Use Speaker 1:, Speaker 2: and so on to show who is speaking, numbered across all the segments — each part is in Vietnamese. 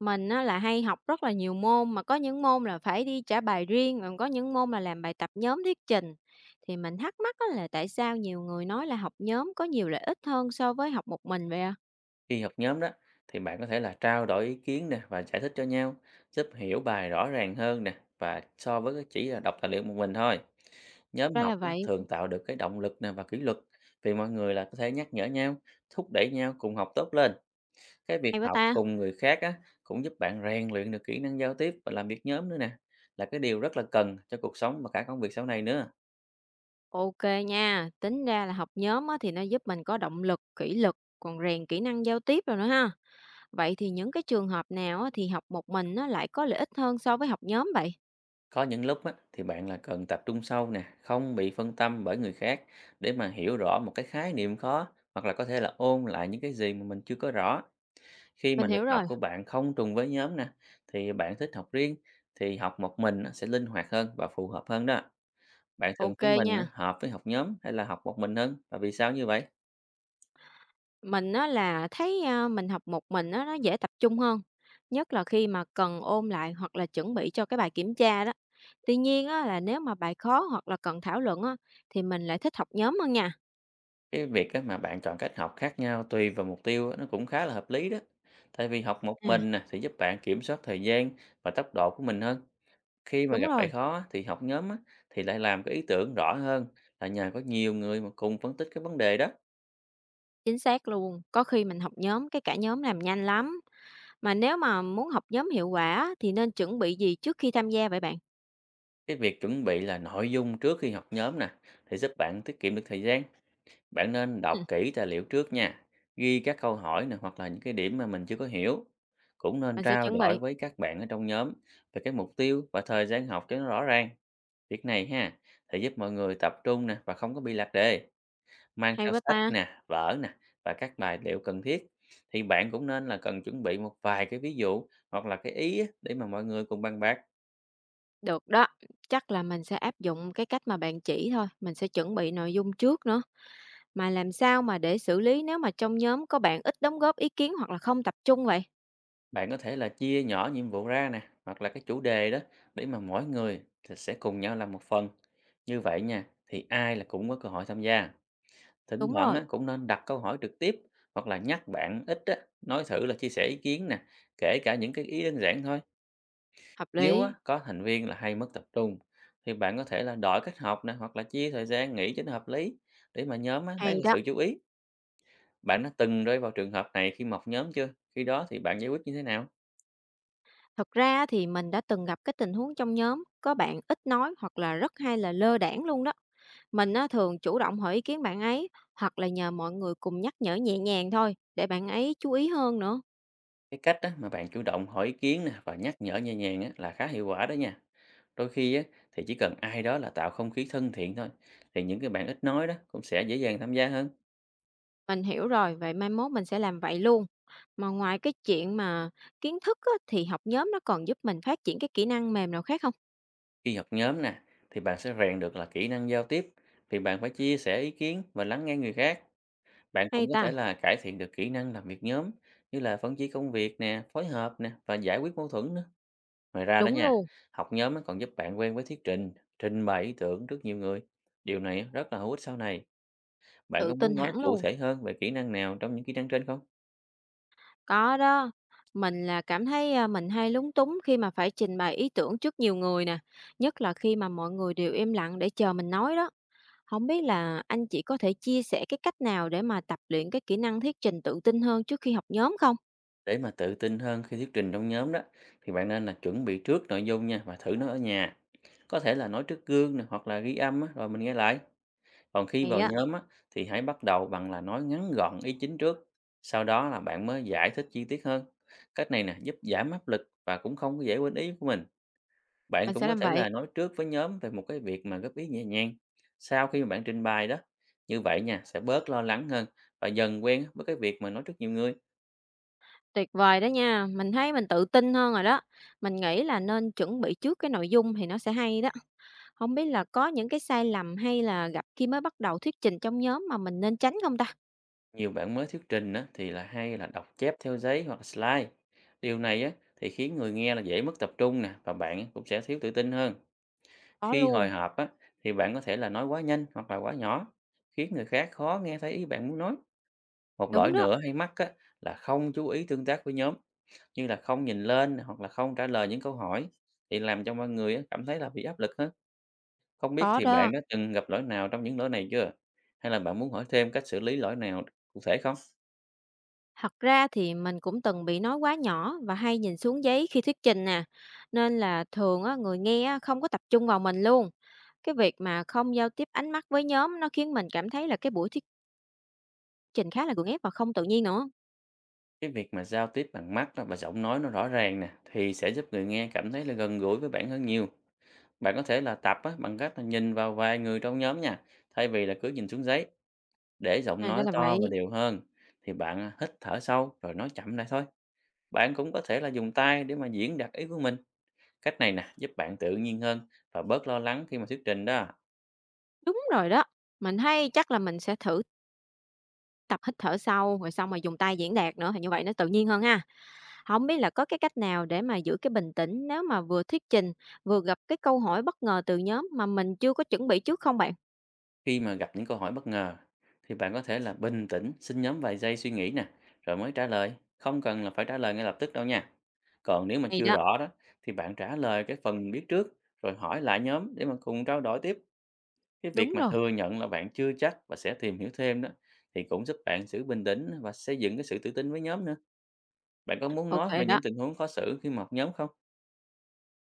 Speaker 1: Mình á là hay học rất là nhiều môn, mà có những môn là phải đi trả bài riêng, còn có những môn là làm bài tập nhóm thuyết trình. Thì mình thắc mắc á là tại sao nhiều người nói là học nhóm có nhiều lợi ích hơn so với học một mình vậy à?
Speaker 2: Khi học nhóm đó thì bạn có thể là trao đổi ý kiến nè và giải thích cho nhau, giúp hiểu bài rõ ràng hơn nè và so với cái chỉ là đọc tài liệu một mình thôi. Nhóm
Speaker 1: Ra
Speaker 2: học
Speaker 1: là
Speaker 2: á,
Speaker 1: vậy,
Speaker 2: thường tạo được cái động lực nè và kỷ luật, vì mọi người là có thể nhắc nhở nhau, thúc đẩy nhau cùng học tốt lên. Cái việc
Speaker 1: hay quá
Speaker 2: học
Speaker 1: ta.
Speaker 2: cùng người khác á, cũng giúp bạn rèn luyện được kỹ năng giao tiếp và làm việc nhóm nữa nè, là cái điều rất là cần cho cuộc sống và cả công việc sau này nữa.
Speaker 1: Ok nha, tính ra là học nhóm á thì nó giúp mình có động lực, kỷ luật, còn rèn kỹ năng giao tiếp rồi nữa ha. Vậy thì những cái trường hợp nào á thì học một mình nó lại có lợi ích hơn so với học nhóm vậy?
Speaker 2: Có những lúc á, thì bạn là cần tập trung sâu nè, không bị phân tâm bởi người khác để mà hiểu rõ một cái khái niệm khó, hoặc là có thể là ôn lại những cái gì mà mình chưa có rõ. Khi mà
Speaker 1: Mình
Speaker 2: lịch
Speaker 1: hiểu rồi,
Speaker 2: học của bạn không trùng với nhóm nè, thì bạn thích học riêng, thì học một mình á, sẽ linh hoạt hơn và phù hợp hơn đó. Bạn thường
Speaker 1: ok
Speaker 2: thấy mình á,
Speaker 1: nha.
Speaker 2: hợp với học nhóm hay là học một mình hơn, và vì sao như vậy?
Speaker 1: Mình á là thấy, a, mình học một mình á nó dễ tập trung hơn, nhất là khi mà cần ôn lại hoặc là chuẩn bị cho cái bài kiểm tra đó. Tuy nhiên á là nếu mà bài khó hoặc là cần thảo luận á, thì mình lại thích học nhóm hơn nha.
Speaker 2: Cái việc á, mà bạn chọn cách học khác nhau tùy vào mục tiêu á, nó cũng khá là hợp lý đó. Tại vì học một
Speaker 1: À.
Speaker 2: mình nè, thì giúp bạn kiểm soát thời gian và tốc độ của mình hơn. Khi mà
Speaker 1: Đúng
Speaker 2: gặp bài
Speaker 1: rồi,
Speaker 2: khó thì học nhóm á, thì lại làm cái ý tưởng rõ hơn, là nhờ có nhiều người mà cùng phân tích cái vấn đề đó.
Speaker 1: chính xác luôn. Có khi mình học nhóm cái cả nhóm làm nhanh lắm. Mà nếu mà muốn học nhóm hiệu quả á, thì nên chuẩn bị gì trước khi tham gia vậy bạn?
Speaker 2: Cái việc chuẩn bị là nội dung trước khi học nhóm nè, thì giúp bạn tiết kiệm được thời gian. Bạn nên đọc
Speaker 1: Ừm.
Speaker 2: kỹ tài liệu trước nha, ghi các câu hỏi nè, hoặc là những cái điểm mà mình chưa có hiểu. Cũng nên
Speaker 1: Mình sẽ
Speaker 2: trao
Speaker 1: chuẩn
Speaker 2: đổi
Speaker 1: bị.
Speaker 2: với các bạn ở trong nhóm về cái mục tiêu và thời gian học cho nó rõ ràng. Việc này ha, thì giúp mọi người tập trung nè và không có bị lạc đề. Mang
Speaker 1: Hay
Speaker 2: theo
Speaker 1: quá
Speaker 2: sách
Speaker 1: ta!
Speaker 2: nè, vở nè và các tài liệu cần thiết. Thì bạn cũng nên là cần chuẩn bị một vài cái ví dụ, hoặc là cái ý á, để mà mọi người cùng bàn bạc.
Speaker 1: Được đó, chắc là mình sẽ áp dụng cái cách mà bạn chỉ thôi, mình sẽ chuẩn bị nội dung trước nữa. Mà làm sao mà để xử lý nếu mà trong nhóm có bạn ít đóng góp ý kiến hoặc là không tập trung vậy?
Speaker 2: Bạn có thể là chia nhỏ nhiệm vụ ra nè, hoặc là cái chủ đề đó, để mà mỗi người thì sẽ cùng nhau làm một phần. Như vậy nha, thì ai là cũng có cơ hội tham gia. Thỉnh
Speaker 1: Đúng
Speaker 2: thoảng
Speaker 1: rồi,
Speaker 2: á, cũng nên đặt câu hỏi trực tiếp, hoặc là nhắc bạn ít á, nói thử là chia sẻ ý kiến nè, kể cả những cái ý đơn giản thôi.
Speaker 1: hợp
Speaker 2: Nếu á,
Speaker 1: lý.
Speaker 2: có thành viên là hay mất tập trung, thì bạn có thể là đổi cách học này, hoặc là chia thời gian nghỉ cho nó hợp lý, để mà nhóm á, lấy
Speaker 1: Hay
Speaker 2: lại
Speaker 1: đó.
Speaker 2: sự chú ý. Bạn đã từng rơi vào trường hợp này khi mọc nhóm chưa? Khi đó thì bạn giải quyết như thế nào?
Speaker 1: Thật ra thì mình đã từng gặp cái tình huống trong nhóm có bạn ít nói hoặc là rất hay là lơ đãng luôn đó. Mình á, thường chủ động hỏi ý kiến bạn ấy hoặc là nhờ mọi người cùng nhắc nhở nhẹ nhàng thôi để bạn ấy chú ý hơn nữa.
Speaker 2: Cái cách á, mà bạn chủ động hỏi ý kiến nè và nhắc nhở nhẹ nhàng á, là khá hiệu quả đó nha. Đôi khi á, thì chỉ cần ai đó là tạo không khí thân thiện thôi, thì những cái bạn ít nói đó cũng sẽ dễ dàng tham gia hơn.
Speaker 1: Mình hiểu rồi, vậy mai mốt mình sẽ làm vậy luôn. Mà ngoài cái chuyện mà kiến thức á, thì học nhóm nó còn giúp mình phát triển cái kỹ năng mềm nào khác không?
Speaker 2: Khi học nhóm nè, thì bạn sẽ rèn được là kỹ năng giao tiếp, vì bạn phải chia sẻ ý kiến và lắng nghe người khác. Bạn cũng
Speaker 1: Hay
Speaker 2: có
Speaker 1: ta,
Speaker 2: thể là cải thiện được kỹ năng làm việc nhóm, như là phân chia công việc nè, phối hợp nè và giải quyết mâu thuẫn nữa. Ngoài ra đó
Speaker 1: đúng
Speaker 2: nha,
Speaker 1: luôn,
Speaker 2: học nhóm á còn giúp bạn quen với thuyết trình, trình bày ý tưởng trước nhiều người. Điều này á, rất là hữu ích sau này. Bạn
Speaker 1: tự
Speaker 2: có muốn
Speaker 1: tin hẳn
Speaker 2: nói cụ
Speaker 1: luôn.
Speaker 2: thể hơn về kỹ năng nào trong những kỹ năng trên không?
Speaker 1: Có đó, mình là cảm thấy, a, mình hay lúng túng khi mà phải trình bày ý tưởng trước nhiều người nè, nhất là khi mà mọi người đều im lặng để chờ mình nói đó. Không biết là anh chị có thể chia sẻ cái cách nào để mà tập luyện cái kỹ năng thuyết trình tự tin hơn trước khi học nhóm không?
Speaker 2: Để mà tự tin hơn khi thuyết trình trong nhóm đó, thì bạn nên là chuẩn bị trước nội dung nha và thử nó ở nhà. Có thể là nói trước gương nè, hoặc là ghi âm á, rồi mình nghe lại. Còn khi
Speaker 1: Thì
Speaker 2: vào
Speaker 1: á,
Speaker 2: nhóm á, thì hãy bắt đầu bằng là nói ngắn gọn ý chính trước, sau đó là bạn mới giải thích chi tiết hơn. Cách này nè giúp giảm áp lực và cũng không có dễ quên ý của mình. Bạn
Speaker 1: mình
Speaker 2: cũng
Speaker 1: sẽ
Speaker 2: có
Speaker 1: làm
Speaker 2: thể
Speaker 1: vậy.
Speaker 2: là nói trước với nhóm về một cái việc mà góp ý nhẹ nhàng sau khi mà bạn trình bày đó. Như vậy nha, sẽ bớt lo lắng hơn và dần quen với cái việc mà nói trước nhiều người.
Speaker 1: Tuyệt vời đó nha, mình thấy mình tự tin hơn rồi đó. Mình nghĩ là nên chuẩn bị trước cái nội dung thì nó sẽ hay đó. Không biết là có những cái sai lầm hay là gặp khi mới bắt đầu thuyết trình trong nhóm mà mình nên tránh không ta?
Speaker 2: Nhiều bạn mới thuyết trình á, thì là hay là đọc chép theo giấy hoặc là slide. Điều này á, thì khiến người nghe là dễ mất tập trung nè, và bạn cũng sẽ thiếu tự tin hơn.
Speaker 1: Có
Speaker 2: Khi hồi
Speaker 1: luôn,
Speaker 2: hộp á, thì bạn có thể là nói quá nhanh hoặc là quá nhỏ, khiến người khác khó nghe thấy ý bạn muốn nói. Một lỗi
Speaker 1: đúng đó,
Speaker 2: nữa hay mắc á, là không chú ý tương tác với nhóm, như là không nhìn lên hoặc là không trả lời những câu hỏi, thì làm cho mọi người á, cảm thấy là bị áp lực hết. Không biết
Speaker 1: có
Speaker 2: thì bạn
Speaker 1: đó.
Speaker 2: đã từng gặp lỗi nào trong những lỗi này chưa? Hay là bạn muốn hỏi thêm cách xử lý lỗi nào cụ thể không?
Speaker 1: Thật ra thì mình cũng từng bị nói quá nhỏ và hay nhìn xuống giấy khi thuyết trình nè, nên là thường á, người nghe á, không có tập trung vào mình luôn. Cái việc mà không giao tiếp ánh mắt với nhóm nó khiến mình cảm thấy là cái buổi thuyết trình khá là gượng ép và không tự nhiên nữa.
Speaker 2: Cái việc mà giao tiếp bằng mắt á, và giọng nói nó rõ ràng nè, thì sẽ giúp người nghe cảm thấy là gần gũi với bạn hơn nhiều. Bạn có thể là tập á, bằng cách là nhìn vào vài người trong nhóm nha, thay vì là cứ nhìn xuống giấy, để giọng
Speaker 1: À, ra
Speaker 2: nói
Speaker 1: là
Speaker 2: to và
Speaker 1: vậy.
Speaker 2: đều hơn. Thì bạn à, hít thở sâu rồi nói chậm lại thôi. Bạn cũng có thể là dùng tay để mà diễn đạt ý của mình. Cách này nè, giúp bạn tự nhiên hơn và bớt lo lắng khi mà thuyết trình đó.
Speaker 1: Đúng rồi đó. Mình thấy chắc là mình sẽ thử tập hít thở sâu rồi xong mà dùng tay diễn đạt nữa thì như vậy nó tự nhiên hơn ha. Không biết là có cái cách nào để mà giữ cái bình tĩnh nếu mà vừa thuyết trình vừa gặp cái câu hỏi bất ngờ từ nhóm mà mình chưa có chuẩn bị trước không bạn?
Speaker 2: Khi mà gặp những câu hỏi bất ngờ, thì bạn có thể là bình tĩnh, xin nhóm vài giây suy nghĩ nè, rồi mới trả lời. Không cần là phải trả lời ngay lập tức đâu nha. Còn nếu mà
Speaker 1: Thì
Speaker 2: chưa
Speaker 1: đó,
Speaker 2: rõ đó, thì bạn trả lời cái phần mình biết trước, rồi hỏi lại nhóm để mà cùng trao đổi tiếp. Cái việc
Speaker 1: đúng
Speaker 2: mà
Speaker 1: rồi.
Speaker 2: thừa nhận là bạn chưa chắc và sẽ tìm hiểu thêm đó, thì cũng giúp bạn giữ bình tĩnh và xây dựng cái sự tự tin với nhóm nữa. Bạn có muốn nói
Speaker 1: OK
Speaker 2: về những
Speaker 1: đó.
Speaker 2: tình huống khó xử khi mà học nhóm không?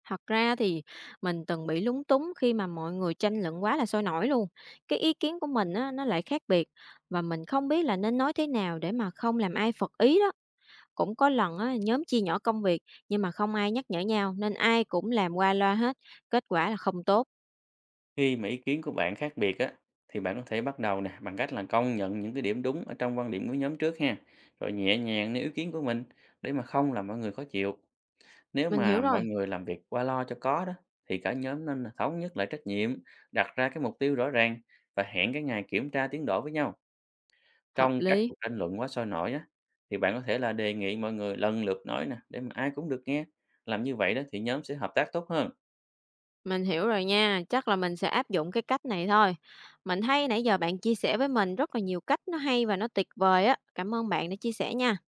Speaker 1: Thật ra thì mình từng bị lúng túng khi mà mọi người tranh luận quá là sôi nổi luôn. Cái ý kiến của mình á, nó lại khác biệt và mình không biết là nên nói thế nào để mà không làm ai phật ý đó. Cũng có lần á, nhóm chia nhỏ công việc nhưng mà không ai nhắc nhở nhau nên ai cũng làm qua loa hết, kết quả là không tốt.
Speaker 2: Khi mà ý kiến của bạn khác biệt á, thì bạn có thể bắt đầu nè bằng cách là công nhận những cái điểm đúng ở trong quan điểm của nhóm trước ha, rồi nhẹ nhàng nêu ý kiến của mình để mà không làm mọi người khó chịu. Nếu
Speaker 1: Mình hiểu
Speaker 2: mà
Speaker 1: rồi,
Speaker 2: mọi người làm việc qua lo cho có đó, thì cả nhóm nên là thống nhất lại trách nhiệm, đặt ra cái mục tiêu rõ ràng và hẹn cái ngày kiểm tra tiến độ với nhau.
Speaker 1: hợp
Speaker 2: Trong các
Speaker 1: lý.
Speaker 2: cuộc tranh luận quá sôi nổi á, thì bạn có thể là đề nghị mọi người lần lượt nói nè, để mà ai cũng được nghe. Làm như vậy đó thì nhóm sẽ hợp tác tốt hơn.
Speaker 1: Mình hiểu rồi nha, chắc là mình sẽ áp dụng cái cách này thôi. Mình thấy nãy giờ bạn chia sẻ với mình rất là nhiều cách nó hay và nó tuyệt vời á. Cảm ơn bạn đã chia sẻ nha.